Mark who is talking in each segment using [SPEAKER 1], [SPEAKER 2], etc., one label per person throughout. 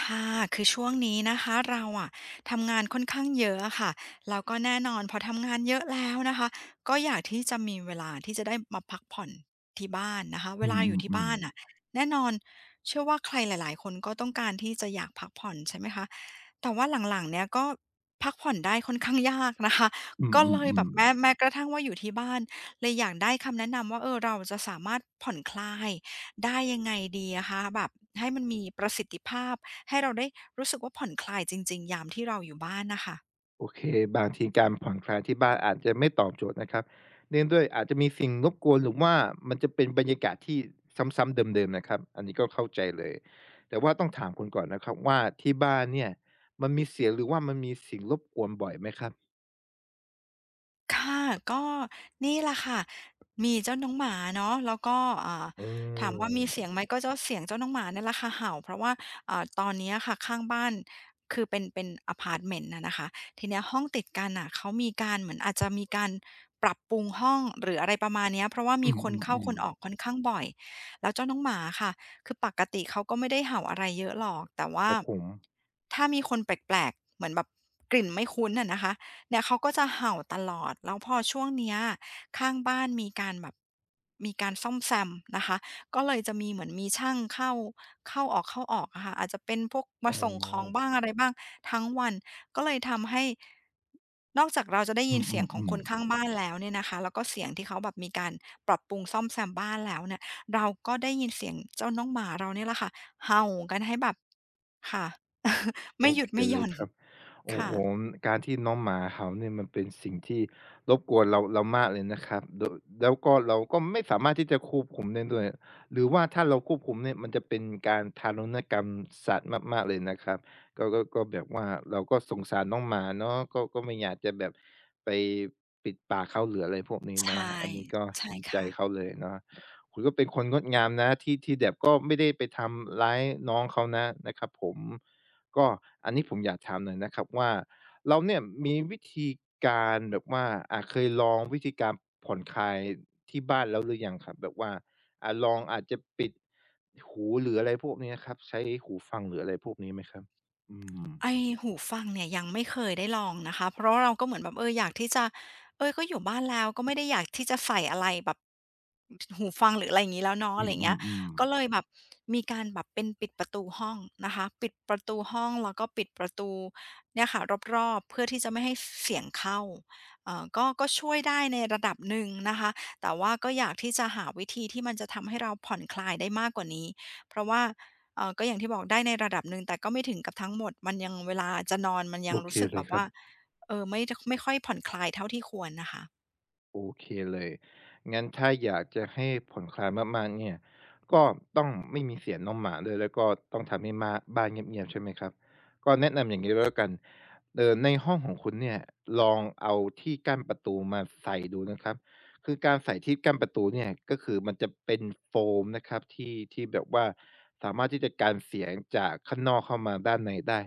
[SPEAKER 1] ค่ะคือช่วงนี้นะคะเราอะทำงานค่อนข้างเยอะอะค่ะแล้วก็แน่นอนพอทำงานเยอะแล้วนะคะก็อยากที่จะมีเวลาที่จะได้มาพักผ่อนที่บ้านนะคะเว
[SPEAKER 2] อืม
[SPEAKER 1] ลาอ
[SPEAKER 2] อื
[SPEAKER 1] ยู่
[SPEAKER 2] ม
[SPEAKER 1] ที่
[SPEAKER 2] อืม
[SPEAKER 1] บ้านอะแน่นอนเชื่อว่าใครหลายๆคนก็ต้องการที่จะอยากพักผ่อนใช่ไหมคะแต่ว่าหลังๆเนี่ยก็พักผ่อนได้ค่อนข้างยากนะคะ
[SPEAKER 2] อืม
[SPEAKER 1] ก็
[SPEAKER 2] อืม
[SPEAKER 1] เลย
[SPEAKER 2] อื
[SPEAKER 1] แบ
[SPEAKER 2] ม
[SPEAKER 1] บแม้กระทั่งว่าอยู่ที่บ้านเลยอยากได้คำแนะนำว่าเราจะสามารถผ่อนคลาย ได้ยังไงดีอะคะแบบให้มันมีประสิทธิภาพให้เราได้รู้สึกว่าผ่อนคลายจริงๆยามที่เราอยู่บ้านน่ะค่ะ
[SPEAKER 2] โอเคบางทีการผ่อนคลายที่บ้านอาจจะไม่ตอบโจทย์นะครับเนื่องด้วยอาจจะมีสิ่งรบกวนหรือว่ามันจะเป็นบรรยากาศที่ซ้ำๆเดิมๆนะครับอันนี้ก็เข้าใจเลยแต่ว่าต้องถามคุณก่อนนะครับว่าที่บ้านเนี่ยมันมีเสียงหรือว่ามันมีสิ่งรบกวนบ่อยไหมครับ
[SPEAKER 1] ค่ะก็นี่แหละค่ะมีเจ้าน้องหมาเนาะแล้วก็อ่า
[SPEAKER 2] อื
[SPEAKER 1] ถามว่ามีเสีย
[SPEAKER 2] ม
[SPEAKER 1] งไหมก็เจ้าเสียงเจ้าน้องหมาเนี่ยแหละค่ะเห่าเพราะว่าตอนเนี้ยค่ะข้างบ้านคือเป็นอาพาร์ตเมนต์อะนะคะทีเนี้ยห้องติดกันน่ะเขามีการเหมือนอาจจะมีการปรับปรุงห้องหรืออะไรประมาณเนี้ยเพราะว่า
[SPEAKER 2] อื
[SPEAKER 1] มี
[SPEAKER 2] ม
[SPEAKER 1] ค
[SPEAKER 2] อื
[SPEAKER 1] น
[SPEAKER 2] มอื
[SPEAKER 1] เข้า
[SPEAKER 2] ม
[SPEAKER 1] คนออกค่อนข้างบ่อยแล้วเจ้าน้องหมาค่ะคือปกติเขาก็ไม่ได้เห่าอะไรเยอะหรอกแต่
[SPEAKER 2] ค
[SPEAKER 1] ว่า
[SPEAKER 2] รับผม
[SPEAKER 1] ถ้ามีคนแปลกๆเหมือนแบบกลิ่นไม่คุ้นอะนะคะ เนี่ยเขาก็จะเห่าตลอดแล้วพอช่วงเนี้ยข้างบ้านมีการแบบมีการซ่อมแซมนะคะก็เลยจะมีเหมือนมีช่างเข้าเข้าออกเข้าออกอะค่ะอาจจะเป็นพวกมา
[SPEAKER 2] อ๋
[SPEAKER 1] ส่งของ
[SPEAKER 2] อ
[SPEAKER 1] บ้างอะไรบ้างทั้งวันก็เลยทำให้นอกจากเราจะได้
[SPEAKER 2] อื
[SPEAKER 1] ยิน
[SPEAKER 2] มอื
[SPEAKER 1] เสียง
[SPEAKER 2] ม
[SPEAKER 1] ขอ
[SPEAKER 2] อื
[SPEAKER 1] งค
[SPEAKER 2] ม
[SPEAKER 1] นข้างบ้านแล้วเนี่ยนะคะแล้วก็เสียงที่เขาแบบมีการปรับปรุงซ่อมแซมบ้านแล้วเนี่ยเราก็ได้ยินเสียงเจ้าน้องหมาเราเนี่ยแหละค่ะเห่ากันให้แบบค่ะ
[SPEAKER 2] โอ
[SPEAKER 1] ไม่หยุด
[SPEAKER 2] เค
[SPEAKER 1] ไม่ห
[SPEAKER 2] เล
[SPEAKER 1] ย่
[SPEAKER 2] ย
[SPEAKER 1] อน
[SPEAKER 2] ครับโอ้โห
[SPEAKER 1] ค่ะ
[SPEAKER 2] การที่น้องหมาเห่าเนี่ยมันเป็นสิ่งที่รบกวนเรามากเลยนะครับโดะแล้วก็เราก็ไม่สามารถที่จะควบคุมได้ด้วยหรือว่าถ้าเราควบคุมเนี่ยมันจะเป็นการทารุณกรรมสัตว์มากๆเลยนะครับก็แบบว่าเราก็สงสารน้องหมาเนาะก็ไม่อยากจะแบบไปปิดปากเขาหรืออะไรพวกนี้
[SPEAKER 1] ใช
[SPEAKER 2] เนาะ
[SPEAKER 1] ่
[SPEAKER 2] อันนี้ก็
[SPEAKER 1] ใช่
[SPEAKER 2] เห็นใจ
[SPEAKER 1] ค่ะ
[SPEAKER 2] เขาเลยเนาะคุณก็เป็นคนงดงามนะที่แบบก็ไม่ได้ไปทำร้ายน้องเขานะนะครับผม ก็อันนี้ผมอยากถามหน่อยนะครับว่าเราเนี่ยมีวิธีการแบบว่าเคยลองวิธีการผ่อนคลายที่บ้านแล้วหรือยังครับแบบว่าลองอาจจะปิดหูหรืออะไรพวกนี้อะครับใช้หูฟังหรืออะไรพวกนี้ไหมครับอืม
[SPEAKER 1] ไอ้หูฟังเนี่ยยังไม่เคยได้ลองนะคะเพราะเราก็เหมือนแบบอยากที่จะก็อยู่บ้านแล้วก็ไม่ได้อยากที่จะใส่อะไรแบบหูฟังหรืออะไรอย่างงี้แล้วเนาะ
[SPEAKER 2] อื
[SPEAKER 1] อะไรอย่างเงี้ย
[SPEAKER 2] มๆ
[SPEAKER 1] ก็เลย
[SPEAKER 2] ๆ
[SPEAKER 1] แบบมีการแบบเป็นปิดประตูห้องนะคะปิดประตูห้องแล้วก็ปิดประตูเนี่ยค่ะรอบๆเพื่อที่จะไม่ให้สเสียงเข้าก็ก็ช่วยได้ในระดับหนึ่งนะคะแต่ว่าก็อยากที่จะหาวิธีที่มันจะทำให้เราผ่อนคลายได้มากกว่านี้เพราะว่า ก็อย่างที่บอกได้ในระดับหนึ่งแต่ก็ไม่ถึงกับทั้งหมดมันยังเวลาจะนอนมันยั
[SPEAKER 2] โอ
[SPEAKER 1] ง
[SPEAKER 2] เค
[SPEAKER 1] รู้สึก
[SPEAKER 2] เล
[SPEAKER 1] แบ
[SPEAKER 2] ย
[SPEAKER 1] บ
[SPEAKER 2] ครั
[SPEAKER 1] ว่า
[SPEAKER 2] บ
[SPEAKER 1] ไม่ค่อยผ่อนคลายเท่าที่ควรน่ะค่ะ
[SPEAKER 2] โอเคเลยงั้นถ้าอยากจะให้ผ่อนคลายมากๆเนี่ยก็ต้องไม่มีเสียงน้องหมาด้วยแล้วก็ต้องทำให้มาบ้านเงียบๆใช่ไหมครับก็แนะนำอย่างนี้แล้วกันในห้องของคุณเนี่ยลองเอาที่กั้นประตูมาใส่ดูนะครับคือการใส่ที่กั้นประตูเนี่ยก็คือมันจะเป็นโฟมนะครับที่ที่แบบว่าสามารถที่จะกันเสียงจากข้างนอกเข้ามาด้านในได้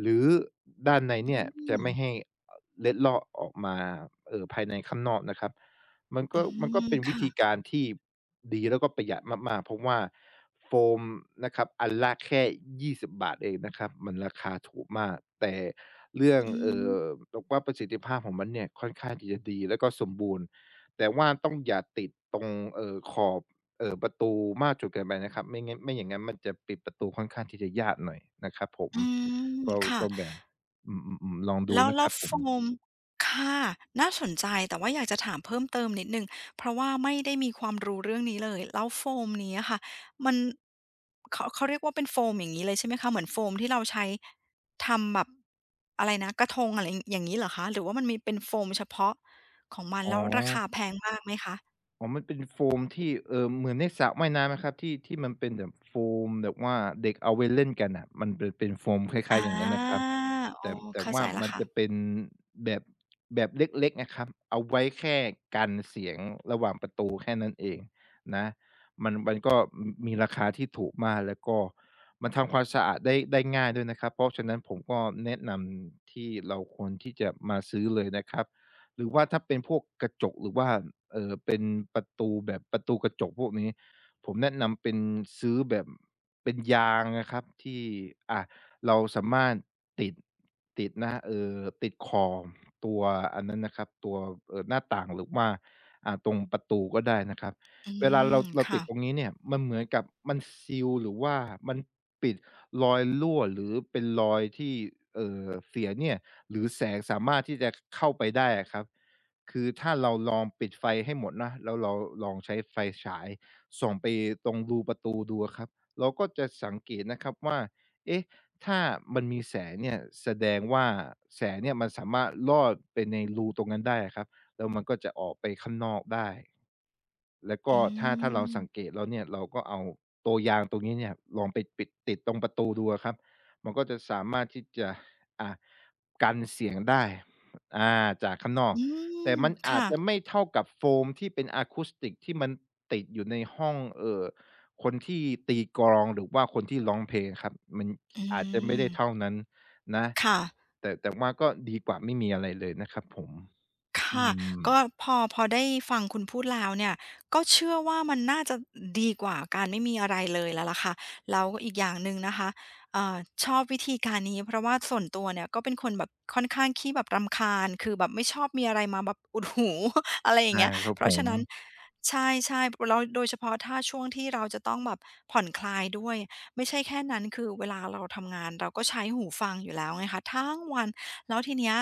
[SPEAKER 2] หรือด้านใน
[SPEAKER 1] อื
[SPEAKER 2] เนี่ยจะ
[SPEAKER 1] ม
[SPEAKER 2] ไม่ให้เล็ดลอดออกมาภายในข้างนอกนะครับมัน
[SPEAKER 1] อื
[SPEAKER 2] ก็มันก็
[SPEAKER 1] ม
[SPEAKER 2] เป็นวิ
[SPEAKER 1] ค่ะ
[SPEAKER 2] ธีการที่ดีแล้วก็ประหยัดมากๆเพราะว่าโฟมนะครับอันละแค่20บบาทเองนะครับมันราคาถูกมากแต่เรื่อง
[SPEAKER 1] อืม
[SPEAKER 2] อบอกว่าประสิทธิภาพของมันเนี่ยค่อนข้างที่จะดีแล้วก็สมบูรณ์แต่ว่าต้องอย่าติดตรงขอบประตูมากจนเกินไปนะครับไม่งั้นไม่อย่างงั้นมันจะปิดประตูค่อนข้างที่จะยากหน่อยนะครับผม
[SPEAKER 1] อืม
[SPEAKER 2] ก็
[SPEAKER 1] ค่ะ
[SPEAKER 2] ก็แบบอืมๆๆลองดู
[SPEAKER 1] แล้ว
[SPEAKER 2] นะค
[SPEAKER 1] แล้ว
[SPEAKER 2] รับผ
[SPEAKER 1] โฟ
[SPEAKER 2] ม
[SPEAKER 1] มค่ะน่าสนใจแต่ว่าอยากจะถามเพิ่มเติมนิดหนึ่งเพราะว่าไม่ได้มีความรู้เรื่องนี้เลยแล้วโฟมนี้อะค่ะมันเขาเรียกว่าเป็นโฟมอย่างงี้เลยใช่ไหมคะเหมือนโฟมที่เราใช้ทำแบบอะไรนะกระทงอะไรอย่างงี้เหรอคะหรือว่ามันมีเป็นโฟมเฉพาะของมัน
[SPEAKER 2] อ๋อ
[SPEAKER 1] แล้วราคาแพงมากไหมคะ
[SPEAKER 2] อ๋อมันเป็นโฟมที่เหมือนในสระว่ายน้ำไหมครับที่ที่มันเป็นแบบโฟมแบบว่าเด็กเอาไว้เล่นกันน่ะมันเป็นโฟมคล้า
[SPEAKER 1] อ
[SPEAKER 2] ยๆอย่างงั้นนะครั
[SPEAKER 1] า
[SPEAKER 2] บ
[SPEAKER 1] อ๋
[SPEAKER 2] แต่
[SPEAKER 1] อ
[SPEAKER 2] แต่
[SPEAKER 1] เข้า
[SPEAKER 2] ว่า
[SPEAKER 1] ใจแล้ว
[SPEAKER 2] มันจะ
[SPEAKER 1] ค่ะ
[SPEAKER 2] เป็นแบบแบบเล็กๆนะครับ เอาไว้แค่กันเสียงระหว่างประตูแค่นั้นเองนะ มันมันก็มมีราคาที่ถูกมากแล้วก็มันทำความสะอาดได้ง่ายด้วยนะครับเพราะฉะนั้นผมก็แนะนำที่เราควรที่จะมาซื้อเลยนะครับหรือว่าถ้าเป็นพวกกระจกหรือว่าเป็นประตูแบบประตูกระจกพวกนี้ผมแนะนำเป็นซื้อแบบเป็นยางนะครับที่อ่า เราสามารถติดนะติดขอบตัวอันนั้นนะครับตัวหน้าต่างหรือว่าตรงประตูก็ได้นะครับ
[SPEAKER 1] อื
[SPEAKER 2] เวลาเรา
[SPEAKER 1] ม
[SPEAKER 2] เราติ
[SPEAKER 1] ค่ะ
[SPEAKER 2] ดตรงนี้เนี่ยมันเหมือนกับมันซีลหรือว่ามันปิดรอยรั่วหรือเป็นรอยที่เสียเนี่ยหรือแสงสามารถที่จะเข้าไปได้อะครับคือถ้าเราลองปิดไฟให้หมดนะแล้วเราลองใช้ไฟฉายเอตรงรูประตูดูอะครับ นนะครับว่าเอ๊ะถ้ามันมีแสงเนี่ยแสดงว่าแสงเนี่ยมันสามารถลอดไปในรูตรงนั้นได้อะครับแล้วมันก็จะออกไปข้างนอกได้แล้วก็
[SPEAKER 1] อื
[SPEAKER 2] ถ้าเรา
[SPEAKER 1] ม
[SPEAKER 2] สังเกตแล้วเนี่ยเราก็เอาตัวยางตรงนี้เนี่ยลองไปปิดติดตรงประตูดูอะครับมันก็จะสามารถที่จะอ่ากันเสียงได้อาจากข้างนอก
[SPEAKER 1] อื
[SPEAKER 2] แต่
[SPEAKER 1] ม
[SPEAKER 2] มันอาจ
[SPEAKER 1] ค่ะ
[SPEAKER 2] จะไม่เท่ากับโฟมที่เป็นอะคูสติกที่มันติดอยู่ในห้องคนที่ตีกลองหรือว่าคนที่ร้องเพลงครับมัน
[SPEAKER 1] อื
[SPEAKER 2] อาจจะไม่
[SPEAKER 1] ม
[SPEAKER 2] ได้เท่านั้น
[SPEAKER 1] ค่ะ
[SPEAKER 2] แต่ว่าก็ดีกว่าไม่มีอะไรเลยนะครับผมอื
[SPEAKER 1] ค่ะ
[SPEAKER 2] ม
[SPEAKER 1] ก็พอได้ฟังคุณพูดแล้วเนี่ยก็เชื่อว่ามันน่าจะดีกว่าการไม่มีอะไรเลยแล้วล่ะค่ะแล้วอีกอย่างหนึ่งนะคะเอ่อชอบวิธีการนี้เพราะว่าส่วนตัวเนี่ยก็เป็นคนแบบค่อนข้างขี้แบบรำคาญคือแบบไม่ชอบมีอะไรมาแบบอุดหู อะไรอย่าง
[SPEAKER 2] อา
[SPEAKER 1] เงี้ย
[SPEAKER 2] ครับ
[SPEAKER 1] เพ
[SPEAKER 2] ผ
[SPEAKER 1] ราะฉะ
[SPEAKER 2] ม
[SPEAKER 1] นั้นใช่ๆแล้วโดยเฉพาะถ้าช่วงที่เราจะต้องแบบผ่อนคลายด้วยไม่ใช่แค่นั้นคือเวลาเราทำงานเราก็ใช้หูฟังอยู่แล้วไงคะทั้งวันแล้วทีเนี้ย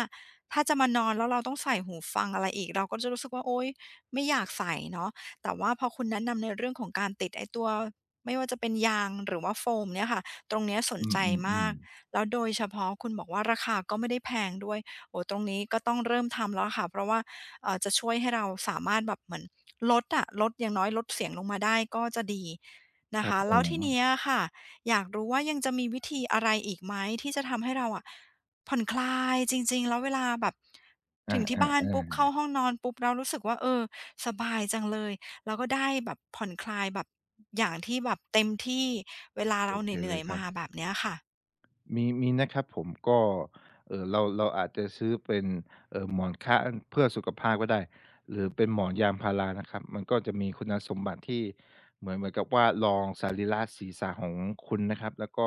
[SPEAKER 1] ถ้าจะมานอนแล้วเราต้องใส่หูฟังอะไรอีกเราก็จะรู้สึกว่าโอ๊ยไม่อยากใส่เนาะแต่ว่าพอคุณแนะนำในเรื่องของการติดไอ้ตัวไม่ว่าจะเป็นยางหรือว่าโฟมเนี่ยค่ะตรงเนี้ยสน
[SPEAKER 2] อื
[SPEAKER 1] ใจมา
[SPEAKER 2] ม
[SPEAKER 1] ก
[SPEAKER 2] ๆๆ
[SPEAKER 1] แล้วโดยเฉพาะคุณบอกว่าราคาก็ไม่ได้แพงด้วยโอ้โฮตรงนี้ก็ต้องเริ่มทำแล้วค่ะเพราะว่าจะช่วยให้เราสามารถแบบเหมือนลดอย่างน้อยลดเสียงลงมาได้ก็จะดี
[SPEAKER 2] ค
[SPEAKER 1] นะ
[SPEAKER 2] รับ
[SPEAKER 1] คะ
[SPEAKER 2] ผ
[SPEAKER 1] แล้ว
[SPEAKER 2] ม
[SPEAKER 1] ทีเนี้ยค่ะอยากรู้ว่ายังจะมีวิธีอะไรอีกไหมที่จะทำให้เราอะ ผ่อนคลายจริงๆแล้วเวลาแบบ
[SPEAKER 2] อ
[SPEAKER 1] ถึงที่
[SPEAKER 2] า
[SPEAKER 1] บ้านปุ๊บเข้า
[SPEAKER 2] ๆ
[SPEAKER 1] ห้องนอนปุ๊บแล้วรู้สึกว่าเออสบายจังเลยแล้วก็ได้แบบผ่อนคลายแบบอย่างที่แบบเต็มที่เวลา
[SPEAKER 2] ๆโอ
[SPEAKER 1] เรา
[SPEAKER 2] เค
[SPEAKER 1] เห
[SPEAKER 2] เล
[SPEAKER 1] นื่อย
[SPEAKER 2] ยค
[SPEAKER 1] ๆ
[SPEAKER 2] รั
[SPEAKER 1] มา
[SPEAKER 2] บ
[SPEAKER 1] แบบเนี้ยค่ะ
[SPEAKER 2] มีนะครับผมก็เราอาจจะซื้อเป็นหมอนค้างเพื่อสุขภาพก็ได้หรือเป็นหมอนยางพารานะครับมันก็จะมีคุณสมบัติที่เหมือนกับว่ารองสรีระศีรษะของคุณนะครับแล้วก็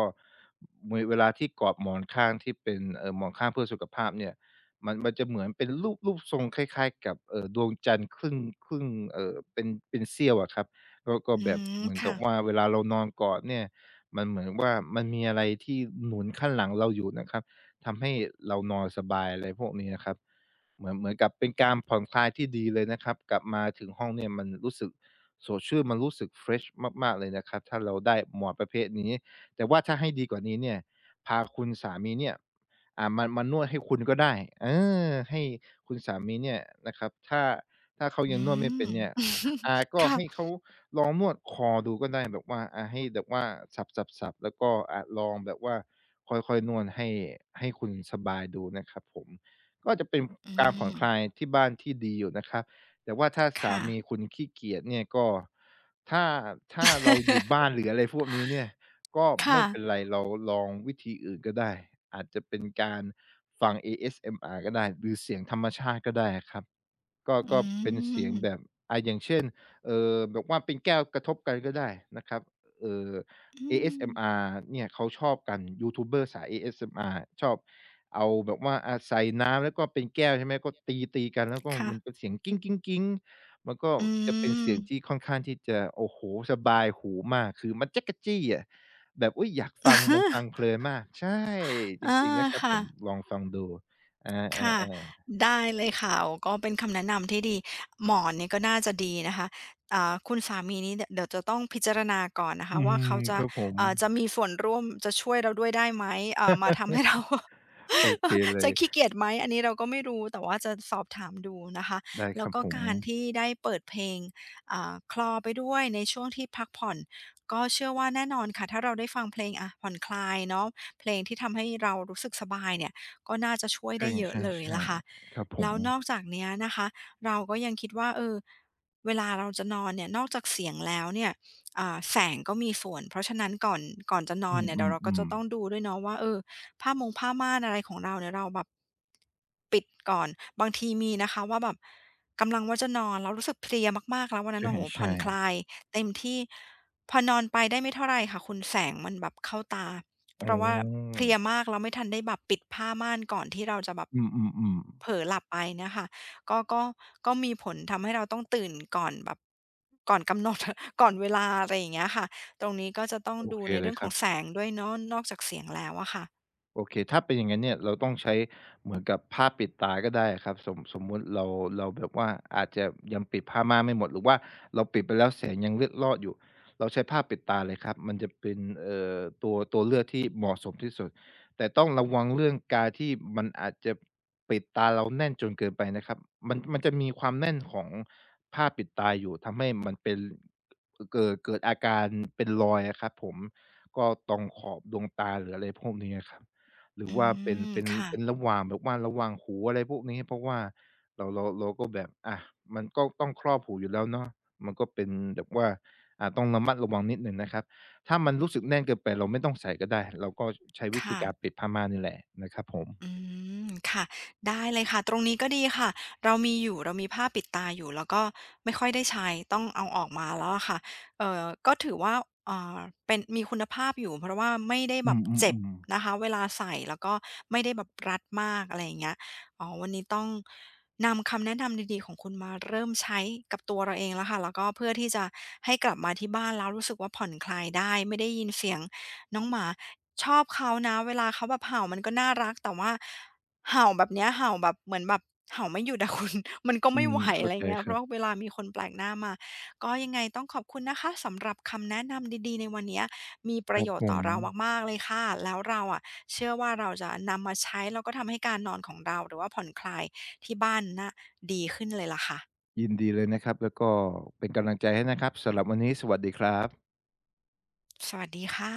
[SPEAKER 2] เวลาที่กอดหมอนข้างที่เป็นหมอนข้างเพื่อสุขภาพเนี่ยมันจะเหมือนเป็นรูปทรงคล้ายๆกับดวงจันทร์ครึ่งเป็นเสี้ยวอะครับก็ก็
[SPEAKER 1] อื
[SPEAKER 2] แบบ
[SPEAKER 1] ม
[SPEAKER 2] เหมือนกั
[SPEAKER 1] ค่ะ
[SPEAKER 2] บว่าเวลาเรานอนกอดเนี่ย มันเหมือนว่ามันมีอะไรที่หนุนขั้นหลังเราอยู่นะครับทำให้เรานอนสบายอะไรพวกนี้นะครับเหมือนกับเป็นการผ่อนคลายที่ดีเลยนะครับกลับมาถึงห้องเนี่ยมันรู้สึกสดชื่นมันรู้สึก fresh มากๆเลยนะครับถ้าเราได้หมอนประเภทนี้แต่ว่าถ้าให้ดีกว่านี้เนี่ยพาคุณสามีเนี่ยอ่ามานวดให้คุณก็ได้เออให้คุณสามีเนี่ยนะครับถ้าเขา
[SPEAKER 1] อื
[SPEAKER 2] ยังนวดไม่
[SPEAKER 1] ม
[SPEAKER 2] เป็นเนี่ย อ่า ก็
[SPEAKER 1] ค่ะ
[SPEAKER 2] ให้เขาลองนวดคอดูก็ได้แบบว่าอ่าให้แบบว่าสับๆๆแล้วก็อ่าลองแบบว่าค่อยๆนวดให้ให้คุณสบายดูนะครับผมก็จะเป็น
[SPEAKER 1] อื
[SPEAKER 2] การผ่อ
[SPEAKER 1] ม
[SPEAKER 2] นคลายที่บ้านที่ดีอยู่นะครับแต่ว่าถ้าสา
[SPEAKER 1] ค่ะ
[SPEAKER 2] มีคุณขี้เกียจเนี่ยก็ถ้าถ้าเราอยู่บ้านหรื ออะไรพวกนี้เนี่ยก็
[SPEAKER 1] ค่ะ
[SPEAKER 2] ไม่เป็นไรเราลองวิธีอื่นก็ได้อาจจะเป็นการฟัง ASMR ก็ได้หรือเสียงธรรมชาติก็ได้อะครับก็
[SPEAKER 1] อื
[SPEAKER 2] ก็เป็นเสียงแบบ
[SPEAKER 1] ม
[SPEAKER 2] แบบว่าเป็นแก้วกระทบกันก็ได้นะครับเอ่อ
[SPEAKER 1] อืม
[SPEAKER 2] ASMR เนี่ยเขาชอบกันยูทูบเบอร์สาย ASMR ชอบเอาแบบว่าอ่าใส่น้ำแล้วก็เป็นแก้วใช่ไหมก็ตีๆกันแล้วก็
[SPEAKER 1] ค่ะ
[SPEAKER 2] มันเป็นเสียงมันก็
[SPEAKER 1] อื
[SPEAKER 2] จะเป็น
[SPEAKER 1] ม
[SPEAKER 2] เสียงที่ค่อนข้างที่จะโอ้โฮสบายหูมากคือมันจ๊ะกะจี้อะแบบอุ๊ยอยากฟังมันฟังเพ ลินมากใช่จ
[SPEAKER 1] เออ
[SPEAKER 2] ริงๆนะครับผ
[SPEAKER 1] ค่ะ
[SPEAKER 2] มลองฟังดูอา
[SPEAKER 1] ค่ะ
[SPEAKER 2] ๆ
[SPEAKER 1] ได้เลยค่ะโอ้ก็เป็นคำแนะนำที่ดีหมอนเนี่ยก็น่าจะดีนะคะอ่าคุณสามีนี่เดี๋ยวจะต้องพิจารณาก่อนนะ
[SPEAKER 2] ๆอื
[SPEAKER 1] คะว่า
[SPEAKER 2] ม
[SPEAKER 1] เขาจะ
[SPEAKER 2] ครับผม
[SPEAKER 1] จะมีส่วนร่วมจะช่วยเราด้วยได้ไหมมาทำให้เรา
[SPEAKER 2] โอเค เล
[SPEAKER 1] จะ
[SPEAKER 2] ย
[SPEAKER 1] ขี้เกียจไหมอันนี้เราก็ไม่รู้แต่ว่าจะสอบถามดูนะคะ
[SPEAKER 2] ได้ค
[SPEAKER 1] แล้ว
[SPEAKER 2] รับ
[SPEAKER 1] ก็
[SPEAKER 2] ผม
[SPEAKER 1] การที่ได้เปิดเพลงอ่าคลอไปด้วยในช่วงที่พักผ่อนก็เชื่อว่าแน่นอนค่ะถ้าเราได้ฟังเพลงอะผ่อนคลายเนาะเพลงที่ทำให้เรารู้สึกสบายเนี่ย ก็น่าจะช่วย
[SPEAKER 2] ใ
[SPEAKER 1] ได้เยอะเลย
[SPEAKER 2] ช่
[SPEAKER 1] ล่ะค่ะ
[SPEAKER 2] ๆๆครับผ
[SPEAKER 1] แล้
[SPEAKER 2] ม
[SPEAKER 1] วนอกจากเนี้ยนะคะเราก็ยังคิดว่าเออเวลาเราจะนอนเนี่ยนอกจากเสียงแล้วเนี่ยอ่าแสงก็มีส่วนเพราะฉะนั้นก่อนจะนอ
[SPEAKER 2] อื
[SPEAKER 1] นเนี่ยเดี๋ยวเราก็
[SPEAKER 2] ม
[SPEAKER 1] จะต้อง
[SPEAKER 2] ๆ
[SPEAKER 1] ดูด้วยเนาะว่าเออผ้ามงผ้าม่านอะไรของเราเนี่ยเราแบบปิดก่อนบางทีมีนะคะว่าแบบกำลังว่าจะนอนแล้วรู้สึกเพลียมากๆแล้ววัน
[SPEAKER 2] ๆ
[SPEAKER 1] นั้นโอ้โฮผ่อน
[SPEAKER 2] ใช่
[SPEAKER 1] คลาย
[SPEAKER 2] ๆ
[SPEAKER 1] เต็มที่ พอนอนไปได้ไม่เท่าไรค่ะคุณแสงมันแบบเข้าตา
[SPEAKER 2] อ๋
[SPEAKER 1] เพราะว่าเพ
[SPEAKER 2] อ
[SPEAKER 1] ลียมากแล้วไม่ทันได้แบบปิดผ้าม่านก่อนที่เราจะแบบ
[SPEAKER 2] อืมๆ
[SPEAKER 1] เผล
[SPEAKER 2] ๆ
[SPEAKER 1] อหลับไปเนี่ยค่ะก็ก็ก็มีผลทำให้เราต้องตื่นก่อนแบบก่อนกำหนด ก่อนเวลาอะไรอย่างเงี้ยค่ะตรงนี้ก็จะต้อง
[SPEAKER 2] โอ
[SPEAKER 1] ดู
[SPEAKER 2] เค
[SPEAKER 1] ใน
[SPEAKER 2] เล
[SPEAKER 1] เรื่อ
[SPEAKER 2] ย
[SPEAKER 1] ง
[SPEAKER 2] ค
[SPEAKER 1] ข
[SPEAKER 2] รั
[SPEAKER 1] องแส
[SPEAKER 2] บ
[SPEAKER 1] งด้วยเนาะนอกจากเสียงแล้วอะค่ะ
[SPEAKER 2] โอเคถ้าเป็นอย่างนั้นเนี่ยเราต้องใช้เหมือนกับผ้าปิดตาก็ได้ครับสมมุติเราเราแบบว่าอาจจะยังปิดผ้าม่านไม่หมดหรือว่าเราปิดไปแล้วแสงยังเล็ดลอดอยู่เราใช้ผ้าปิดตาเลยครับมันจะเป็นตัวเลือกที่เหมาะสมที่สุดแต่ต้องระวังเรื่องการที่มันอาจจะปิดตาเราแน่นจนเกินไปนะครับมันจะมีความแน่นของผ้าปิดตาอยู่ทำให้มันเป็นเกิดอาการเป็นรอยอะครับผมก็ตรงขอบดวงตาหรืออะไรพวกนี้อะครับ หรือ
[SPEAKER 1] อื
[SPEAKER 2] ว่าเป็น
[SPEAKER 1] ม
[SPEAKER 2] เป็น
[SPEAKER 1] ค่ะ
[SPEAKER 2] เป็นระหว่างแบบว่าระหว่างหูอะไรพวกนี้เพราะว่าเราก็แบบอามันก็ต้องครอบหูอยู่แล้วเนาะมันก็เป็นแบบว่าอ่าต้องระมัดระวังนิดหนึ่งนะครับถ้ามันรู้สึกแน่นเกินไปเราไม่ต้องใส่ก็ได้เราก็ใช้วิธี
[SPEAKER 1] ค่ะ
[SPEAKER 2] การปิดผ้าม่านนี่แหละนะครับผ
[SPEAKER 1] อื
[SPEAKER 2] ม
[SPEAKER 1] มค่ะได้เลยค่ะตรงนี้ก็ดีค่ะเรามีผ้าปิดตาอยู่แล้วก็ไม่ค่อยได้ใช้ต้องเอาออกมาแล้วอะค่ะเอ่อก็ถือว่าอ่าเป็นมีคุณภาพอยู่เพราะว่าไม่ได้
[SPEAKER 2] อื
[SPEAKER 1] แบบเจ็บ
[SPEAKER 2] มๆ
[SPEAKER 1] นะ
[SPEAKER 2] ๆ
[SPEAKER 1] คะเวลาใส่แล้วก็ไม่ได้แบบรัดมากอะไรอย่างเงี้ยอ๋อวันนี้ต้องนำคำแนะนำดีๆของคุณมาเริ่มใช้กับตัวเราเองแล้วค่ะแล้วก็เพื่อที่จะให้กลับมาที่บ้านแล้วรู้สึกว่าผ่อนคลายได้ไม่ได้ยินเสียง น้องหมาชอบเขานะเวลาเขาแบบเห่ามันก็น่ารักแต่ว่าเห่าแบบเนี้ยเห่าแบบเหมือนแบบเห่าไม่หยุดอะคุณ มันก็
[SPEAKER 2] อื
[SPEAKER 1] ไม่
[SPEAKER 2] ม
[SPEAKER 1] ไหว
[SPEAKER 2] เข้า
[SPEAKER 1] อะไร
[SPEAKER 2] ใจ
[SPEAKER 1] เงี้ย
[SPEAKER 2] ค
[SPEAKER 1] เพ
[SPEAKER 2] รับ
[SPEAKER 1] ราะเวลามีคนแปลกหน้ามาก็ยังไงต้องขอบคุณนะคะสำหรับคำแนะนำดีๆในวันเนี้ยมีป
[SPEAKER 2] ค
[SPEAKER 1] ระ
[SPEAKER 2] รับ
[SPEAKER 1] โยช
[SPEAKER 2] ผ
[SPEAKER 1] น์ต่อ
[SPEAKER 2] ม
[SPEAKER 1] เรามากๆเลยค่ะแล้วเราอะเชื่อว่าเราจะนำมาใช้แล้วก็ทำให้การนอนของเราหรือว่าผ่อนคลายที่บ้านน่ะดีขึ้นเลยล่ะค่ะ
[SPEAKER 2] ยินดีเลยนะครับแล้วก็เป็นกำลังใจให้นะครับสำหรับวันนี้สวัสดีครับ
[SPEAKER 1] สวัสดีค่ะ